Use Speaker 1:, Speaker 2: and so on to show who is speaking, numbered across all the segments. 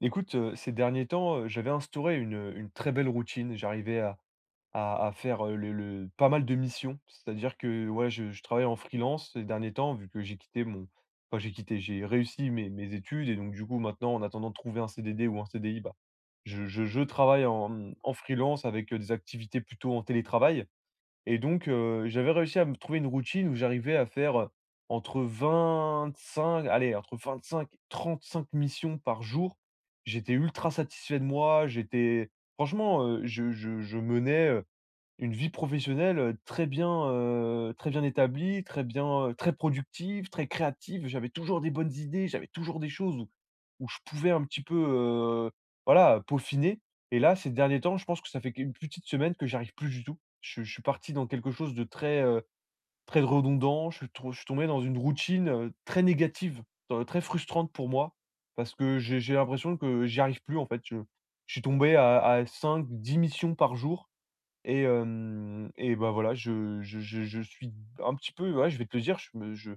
Speaker 1: Écoute, ces derniers temps, j'avais instauré une très belle routine. J'arrivais à faire, le pas mal de missions. C'est-à-dire que, ouais, je travaille en freelance ces derniers temps, vu que j'ai quitté mon enfin j'ai quitté, j'ai réussi mes études et donc du coup maintenant, en attendant de trouver un CDD ou un CDI, bah, je travaille en en freelance avec, des activités plutôt en télétravail. Et donc, j'avais réussi à me trouver une routine où j'arrivais à faire, entre 25, allez, entre 25 et 35 missions par jour. J'étais ultra satisfait de moi, j'étais franchement, je menais, une vie professionnelle, très bien établie, très bien, très productive, très créative. J'avais toujours des bonnes idées, j'avais toujours des choses où je pouvais un petit peu, heu, voilà, peaufiner. Et là, ces derniers temps, je pense que ça fait une petite semaine que j'arrive plus du tout. Je suis parti dans quelque chose de très, très redondant. Je suis tombé dans une routine, très négative, très frustrante pour moi parce que j'ai l'impression que j'y arrive plus, en fait. Je suis tombé à 5-10 missions par jour et bah, voilà, je suis un petit peu, ouais, je vais te le dire, je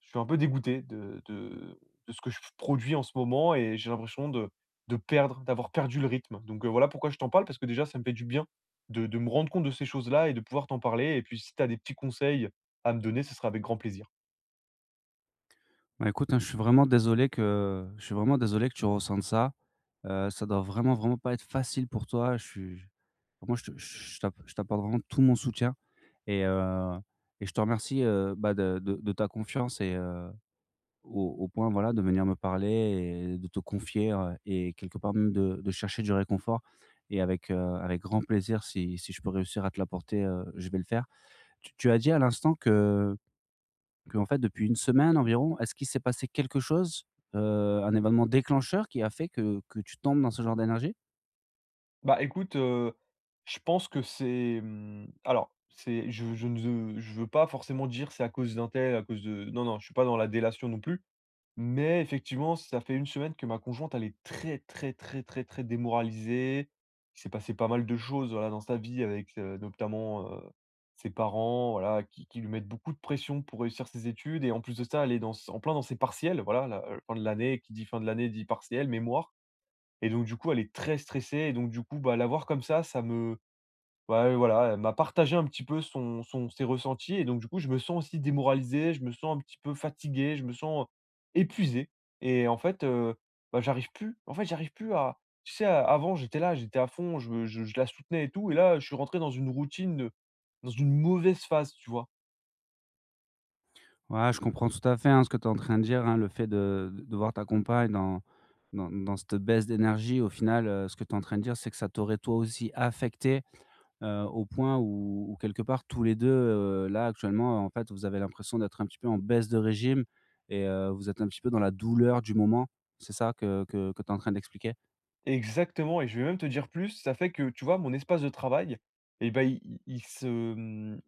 Speaker 1: je suis un peu dégoûté de ce que je produis en ce moment et j'ai l'impression de perdre d'avoir perdu le rythme. Donc, voilà pourquoi je t'en parle, parce que déjà, ça me fait du bien de me rendre compte de ces choses-là et de pouvoir t'en parler, et puis si tu as des petits conseils à me donner, ce sera avec grand plaisir.
Speaker 2: Bah, écoute, hein, je suis vraiment désolé que je suis vraiment désolé que tu ressentes ça. Ça doit vraiment, vraiment pas être facile pour toi. Je suis pour moi, je t'apporte vraiment tout mon soutien et heu et je te remercie, bah, de ta confiance et au point, voilà, de venir me parler et de te confier, et quelque part même de chercher du réconfort et avec, avec grand plaisir si je peux réussir à te l'apporter, je vais le faire. Tu as dit à l'instant que qu'en fait, depuis une semaine environ, est-ce qu'il s'est passé quelque chose, un événement déclencheur qui a fait que tu tombes dans ce genre d'énergie?
Speaker 1: Bah, écoute, je pense que c'est, alors c'est, je veux pas forcément dire: «C'est à cause d'un tel, à cause de». Non, non, je suis pas dans la délation non plus. Mais effectivement, ça fait une semaine que ma conjointe, elle est très, très, très, très, très démoralisée. Il s'est passé pas mal de choses, voilà, dans sa vie avec, notamment, ses parents, voilà, qui lui mettent beaucoup de pression pour réussir ses études, et en plus de ça, elle est dans s en plein dans ses partiels, voilà, fin de l'année, qui dit fin de l'année dit partiel, mémoire, et donc du coup, elle est très stressée et donc du coup, bah, la voir comme ça me... Ouais, ouais, voilà, elle m'a partagé un petit peu son ses ressentis et donc du coup, je me sens aussi démoralisé, je me sens un petit peu fatigué, je me sens épuisé et en fait, bah, j'arrive plus en fait, j'arrive plus à... Tu sais, a avant, j'étais là, j'étais à fond, je la soutenais et tout, et là, je suis rentré dans une routine, dans une mauvaise phase, tu vois?
Speaker 2: Ouais, je comprends tout à fait, hein, ce que tu es en train de dire, hein, le fait de voir ta compagne dans dans cette baisse d'énergie, au final, ce que tu es en train de dire, c'est que ça t'aurait toi aussi affecté, au point où quelque part tous les deux, là, actuellement, en fait, vous avez l'impression d'être un petit peu en baisse de régime et vous êtes un petit peu dans la douleur du moment. C'est ça que tu es en train d'expliquer?
Speaker 1: Exactement, et je vais même te dire plus, ça fait que, tu vois, mon espace de travail, eh ben, il mmh,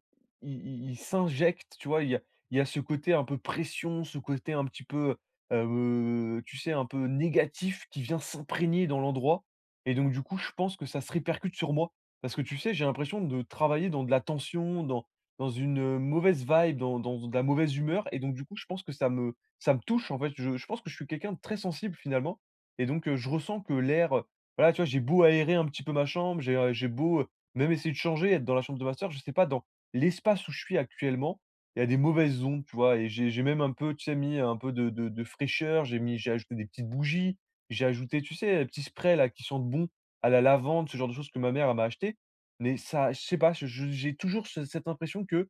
Speaker 1: il s'injecte, tu vois? Il y a ce côté un peu pression, ce côté un petit peu, tu sais, un peu négatif qui vient s'imprégner dans l'endroit, et donc du coup, je pense que ça se répercute sur moi. Parce que, tu sais, j'ai l'impression de travailler dans de la tension, dans une, mauvaise vibe, dans de la mauvaise humeur, et donc du coup, je pense que ça me touche, en fait. Je pense que je suis quelqu'un de très sensible, finalement, et donc, je ressens que l'air, voilà, tu vois, j'ai beau aérer un petit peu ma chambre, j'ai beau, même essayer de changer, être dans la chambre de ma sœur, je sais pas, dans l'espace où je suis actuellement, il y a des mauvaises ondes, tu vois? Et j'ai même un peu, tu sais, mis un peu de fraîcheur, j'ai ajouté des petites bougies, j'ai ajouté, tu sais, des petits sprays là qui sentent bon, à la lavande, ce genre de choses que ma mère, elle m'a acheté. Mais ça, je sais pas, je j'ai toujours ce cette impression que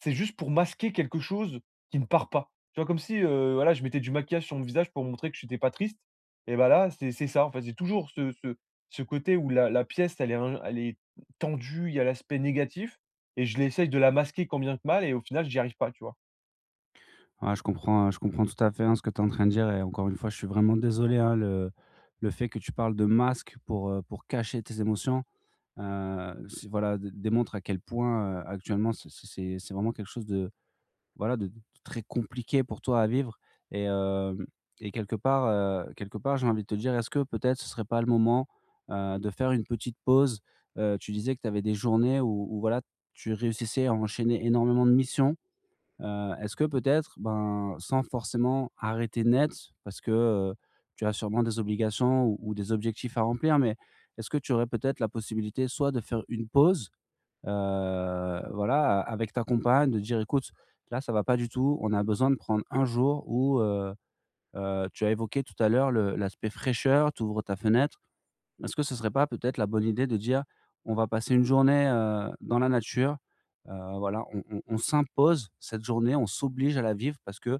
Speaker 1: c'est juste pour masquer quelque chose qui ne part pas. Tu vois, comme si, voilà, je mettais du maquillage sur mon visage pour montrer que je n'étais pas triste, et bah, là, c'est ça, en fait, c'est toujours ce ce côté où la pièce, elle est tendue, il y a l'aspect négatif et je l'essaye de la masquer, combien que mal, et au final, j'y arrive pas, tu vois?
Speaker 2: Ouais, je comprends tout à fait, hein, ce que tu es en train de dire et encore une fois, je suis vraiment désolé, hein, le fait que tu parles de masque pour cacher tes émotions, c'est voilà, dé démontre à quel point, actuellement, c'est vraiment quelque chose de voilà, de très compliqué pour toi à vivre et hem et quelque part, j'ai envie de te dire, est-ce que peut-être ce serait pas le moment, de faire une petite pause? Tu disais que tu avais des journées où voilà, tu réussissais à enchaîner énormément de missions. Est-ce que peut-être, ben, sans forcément arrêter net parce que, tu as sûrement des obligations ou des objectifs à remplir, mais est-ce que tu aurais peut-être la possibilité soit de faire une pause, heu, voilà, a avec ta compagne, de dire: «Écoute, là, ça va pas du tout, on a besoin de prendre un jour où», tu as évoqué tout à l'heure le l'aspect fraîcheur, tu ouvres ta fenêtre. Est-ce que ce serait pas peut-être la bonne idée de dire: «On va passer une journée, dans la nature», voilà, on s'impose cette journée, on s'oblige à la vivre parce que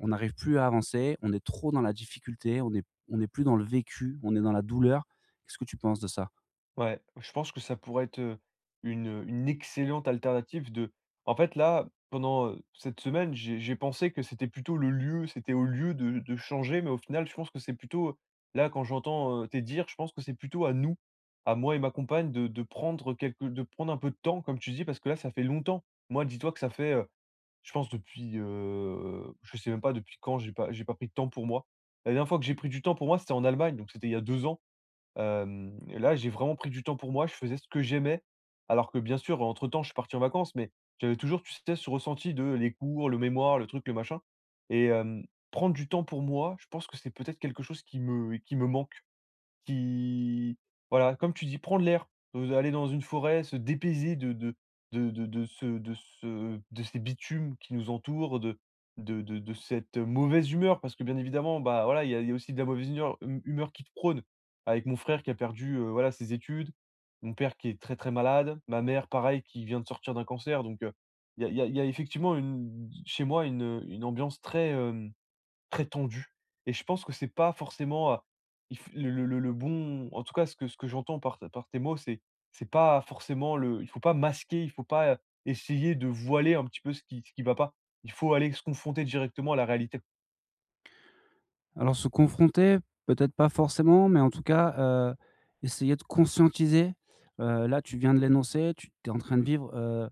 Speaker 2: on n'arrive plus à avancer, on est trop dans la difficulté, on n'est plus dans le vécu, on est dans la douleur. Qu'est-ce que tu penses de ça?
Speaker 1: Ouais, je pense que ça pourrait être, une excellente alternative. De en fait, là, pendant, cette semaine, j'ai pensé que c'était plutôt le lieu, c'était au lieu de changer, mais au final, je pense que c'est plutôt là, quand j'entends, tes dires, je pense que c'est plutôt à nous, à moi et ma compagne de prendre quelque de prendre un peu de temps, comme tu dis, parce que là, ça fait longtemps. Moi, dis-toi que ça fait, je pense depuis, je sais même pas depuis quand j'ai pas pris de temps pour moi. La dernière fois que j'ai pris du temps pour moi, c'était en Allemagne, donc c'était il y a 2 ans. Là, j'ai vraiment pris du temps pour moi, je faisais ce que j'aimais. Alors que bien sûr, entre-temps, je suis parti en vacances, mais j'avais toujours, tu sais, ce ressenti de les cours, le mémoire, le truc, le machin, et hem, prendre du temps pour moi, je pense que c'est peut-être quelque chose qui me manque. Qui Voilà, comme tu dis, prendre l'air, aller dans une forêt, se dépayser de ce de ce de ces bitumes qui nous entourent, de cette mauvaise humeur, parce que bien évidemment, bah, voilà, il y a aussi de la mauvaise humeur hu humeur qui te prône. Avec mon frère qui a perdu, voilà, ses études, mon père qui est très, très malade, ma mère pareil qui vient de sortir d'un cancer, donc, il y a il y a effectivement une chez moi une ambiance très, très tendu. Et je pense que c'est pas forcément, il f le bon en tout cas ce que j'entends par tes mots, c'est pas forcément le... Il faut pas masquer, il faut pas, essayer de voiler un petit peu ce qui va pas. Il faut aller se confronter directement à la réalité.
Speaker 2: Alors se confronter, peut-être pas forcément, mais en tout cas, essayer de conscientiser. Là, tu viens de l'énoncer, tu es en train de vivre,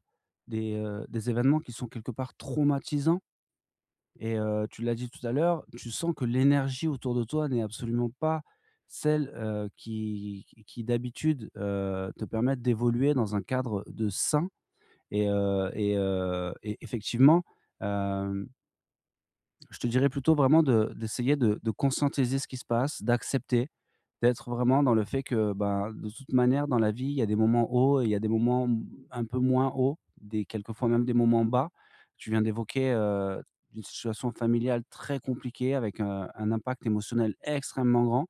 Speaker 2: des événements qui sont quelque part traumatisants. Tu l'as dit tout à l'heure, tu sens que l'énergie autour de toi n'est absolument pas celle, qui d'habitude, te permettent d'évoluer dans un cadre de sain et effectivement, je te dirais plutôt vraiment de d'essayer de conscientiser ce qui se passe, d'accepter, d'être vraiment dans le fait que, ben, de toute manière, dans la vie, il y a des moments hauts et il y a des moments m un peu moins hauts, des quelquefois même des moments bas. Tu viens d'évoquer, une situation familiale très compliquée avec un impact émotionnel extrêmement grand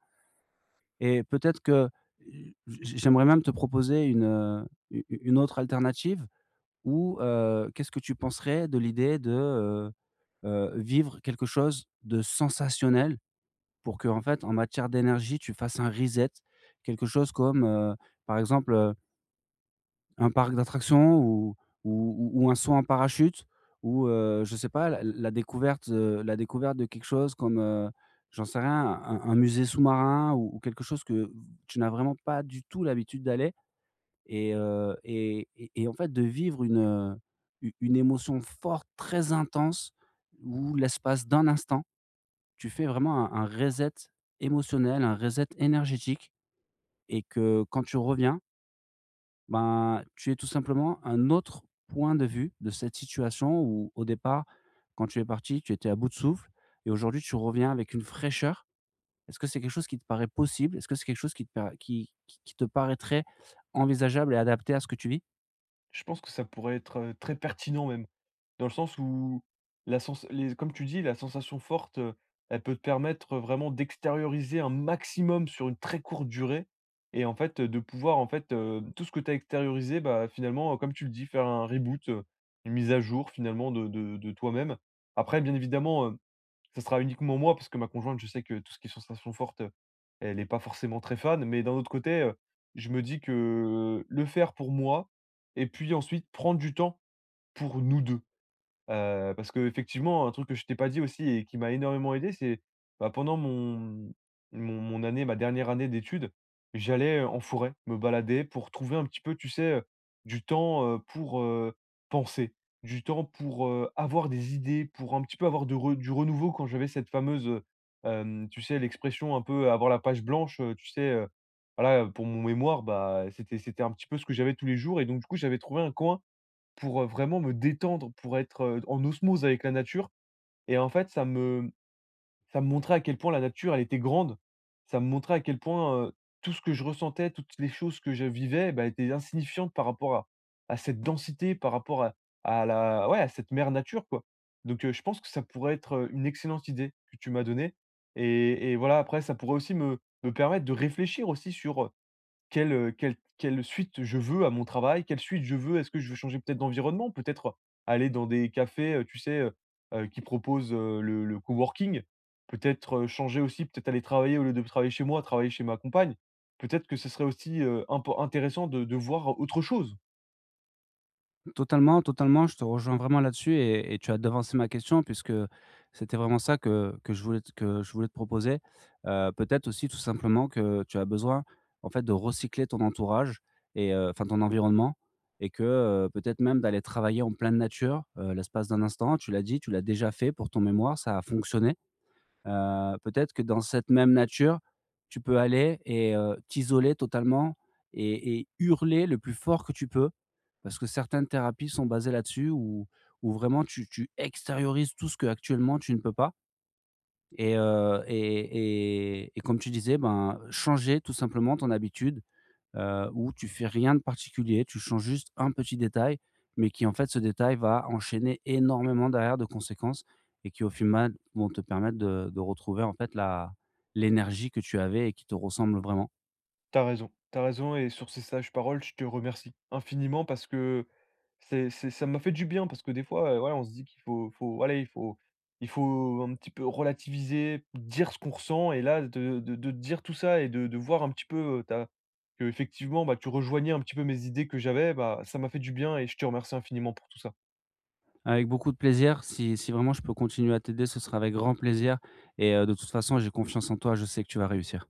Speaker 2: et peut-être que, j'aimerais même te proposer une, u une autre alternative. Ou qu'est-ce que tu penserais de l'idée de, vivre quelque chose de sensationnel pour que en fait, en matière d'énergie, tu fasses un reset. Quelque chose comme, par exemple, un parc d'attractions ou ou un saut en parachute ou, je sais pas, la découverte de quelque chose comme, j'en sais rien, un musée sous-marin ou quelque chose que tu n'as vraiment pas du tout l'habitude d'aller et en fait de vivre une, u une émotion forte, très intense où l'espace d'un instant tu fais vraiment un reset émotionnel, un reset énergétique et que quand tu reviens, ben, tu es tout simplement un autre point de vue de cette situation où au départ, quand tu es parti, tu étais à bout de souffle et aujourd'hui tu reviens avec une fraîcheur. Est-ce que c'est quelque chose qui te paraît possible? Est-ce que c'est quelque chose qui te para qui te paraîtrait envisageable et adapté à ce que tu vis?
Speaker 1: Je pense que ça pourrait être, très pertinent même. Dans le sens où la sens les comme tu dis, la sensation forte, elle peut te permettre vraiment d'extérioriser un maximum sur une très courte durée, et en fait, de pouvoir, tout ce que tu as extériorisé, bah, finalement, comme tu le dis, faire un reboot, une mise à jour finalement de toi-même. Après bien évidemment, ça sera uniquement moi parce que ma conjointe, je sais que tout ce qui est sensation forte, elle est pas forcément très fan, mais d'un autre côté, je me dis que le faire pour moi et puis ensuite prendre du temps pour nous 2. Parce que effectivement, un truc que je t'ai pas dit aussi et qui m'a énormément aidé, c'est, bah, pendant mon année, ma dernière année d'études, j'allais en forêt me balader pour trouver un petit peu, tu sais, du temps, pour, penser, du temps pour, avoir des idées, pour un petit peu avoir de re du renouveau quand j'avais cette fameuse, tu sais, l'expression un peu avoir la page blanche, tu sais, voilà, pour mon mémoire, bah, c'était un petit peu ce que j'avais tous les jours, et donc du coup, j'avais trouvé un coin pour, vraiment me détendre, pour être, en osmose avec la nature, et en fait, ça me montrait à quel point la nature, elle était grande. Ça me montrait à quel point, tout ce que je ressentais, toutes les choses que je vivais, bah, étaient insignifiantes par rapport à cette densité, par rapport à la ouais, à cette mère nature, quoi. Donc, je pense que ça pourrait être, une excellente idée que tu m'as donnée, et voilà, après ça pourrait aussi me permettre de réfléchir aussi sur, quelle, quelle suite je veux à mon travail? Quelle suite je veux? Est-ce que je veux changer peut-être d'environnement? Peut-être aller dans des cafés, qui proposent, le coworking? Peut-être, changer aussi, peut-être aller travailler, au lieu de travailler chez moi, travailler chez ma compagne? Peut-être que ce serait aussi, impo intéressant de voir autre chose.
Speaker 2: Totalement, totalement, je te rejoins vraiment là-dessus et tu as devancé ma question puisque c'était vraiment ça que je voulais te proposer. Peut-être aussi tout simplement que tu as besoin, en fait, de recycler ton entourage et enfin ton environnement et que, peut-être même d'aller travailler en pleine nature, l'espace d'un instant. Tu l'as dit, tu l'as déjà fait pour ton mémoire, ça a fonctionné. Peut-être que dans cette même nature, tu peux aller et t'isoler totalement et hurler le plus fort que tu peux. Parce que certaines thérapies sont basées là-dessus où vraiment tu extériorises tout ce que actuellement tu ne peux pas et comme tu disais, ben, changer tout simplement ton habitude, où tu fais rien de particulier, tu changes juste un petit détail, mais qui en fait ce détail va enchaîner énormément derrière de conséquences et qui au final vont te permettre de retrouver en fait la l'énergie que tu avais et qui te ressemble vraiment.
Speaker 1: T'as raison, t'as raison, et sur ces sages paroles, je te remercie infiniment parce que c'est ça m'a fait du bien parce que des fois, voilà, on se dit qu'il faut... il faut un petit peu relativiser, dire ce qu'on ressent, et là de dire tout ça et de voir un petit peu, ta qu'effectivement, bah, tu rejoignais un petit peu mes idées que j'avais, bah, ça m'a fait du bien et je te remercie infiniment pour tout ça.
Speaker 2: Avec beaucoup de plaisir, si vraiment je peux continuer à t'aider, ce sera avec grand plaisir et de toute façon j'ai confiance en toi, je sais que tu vas réussir.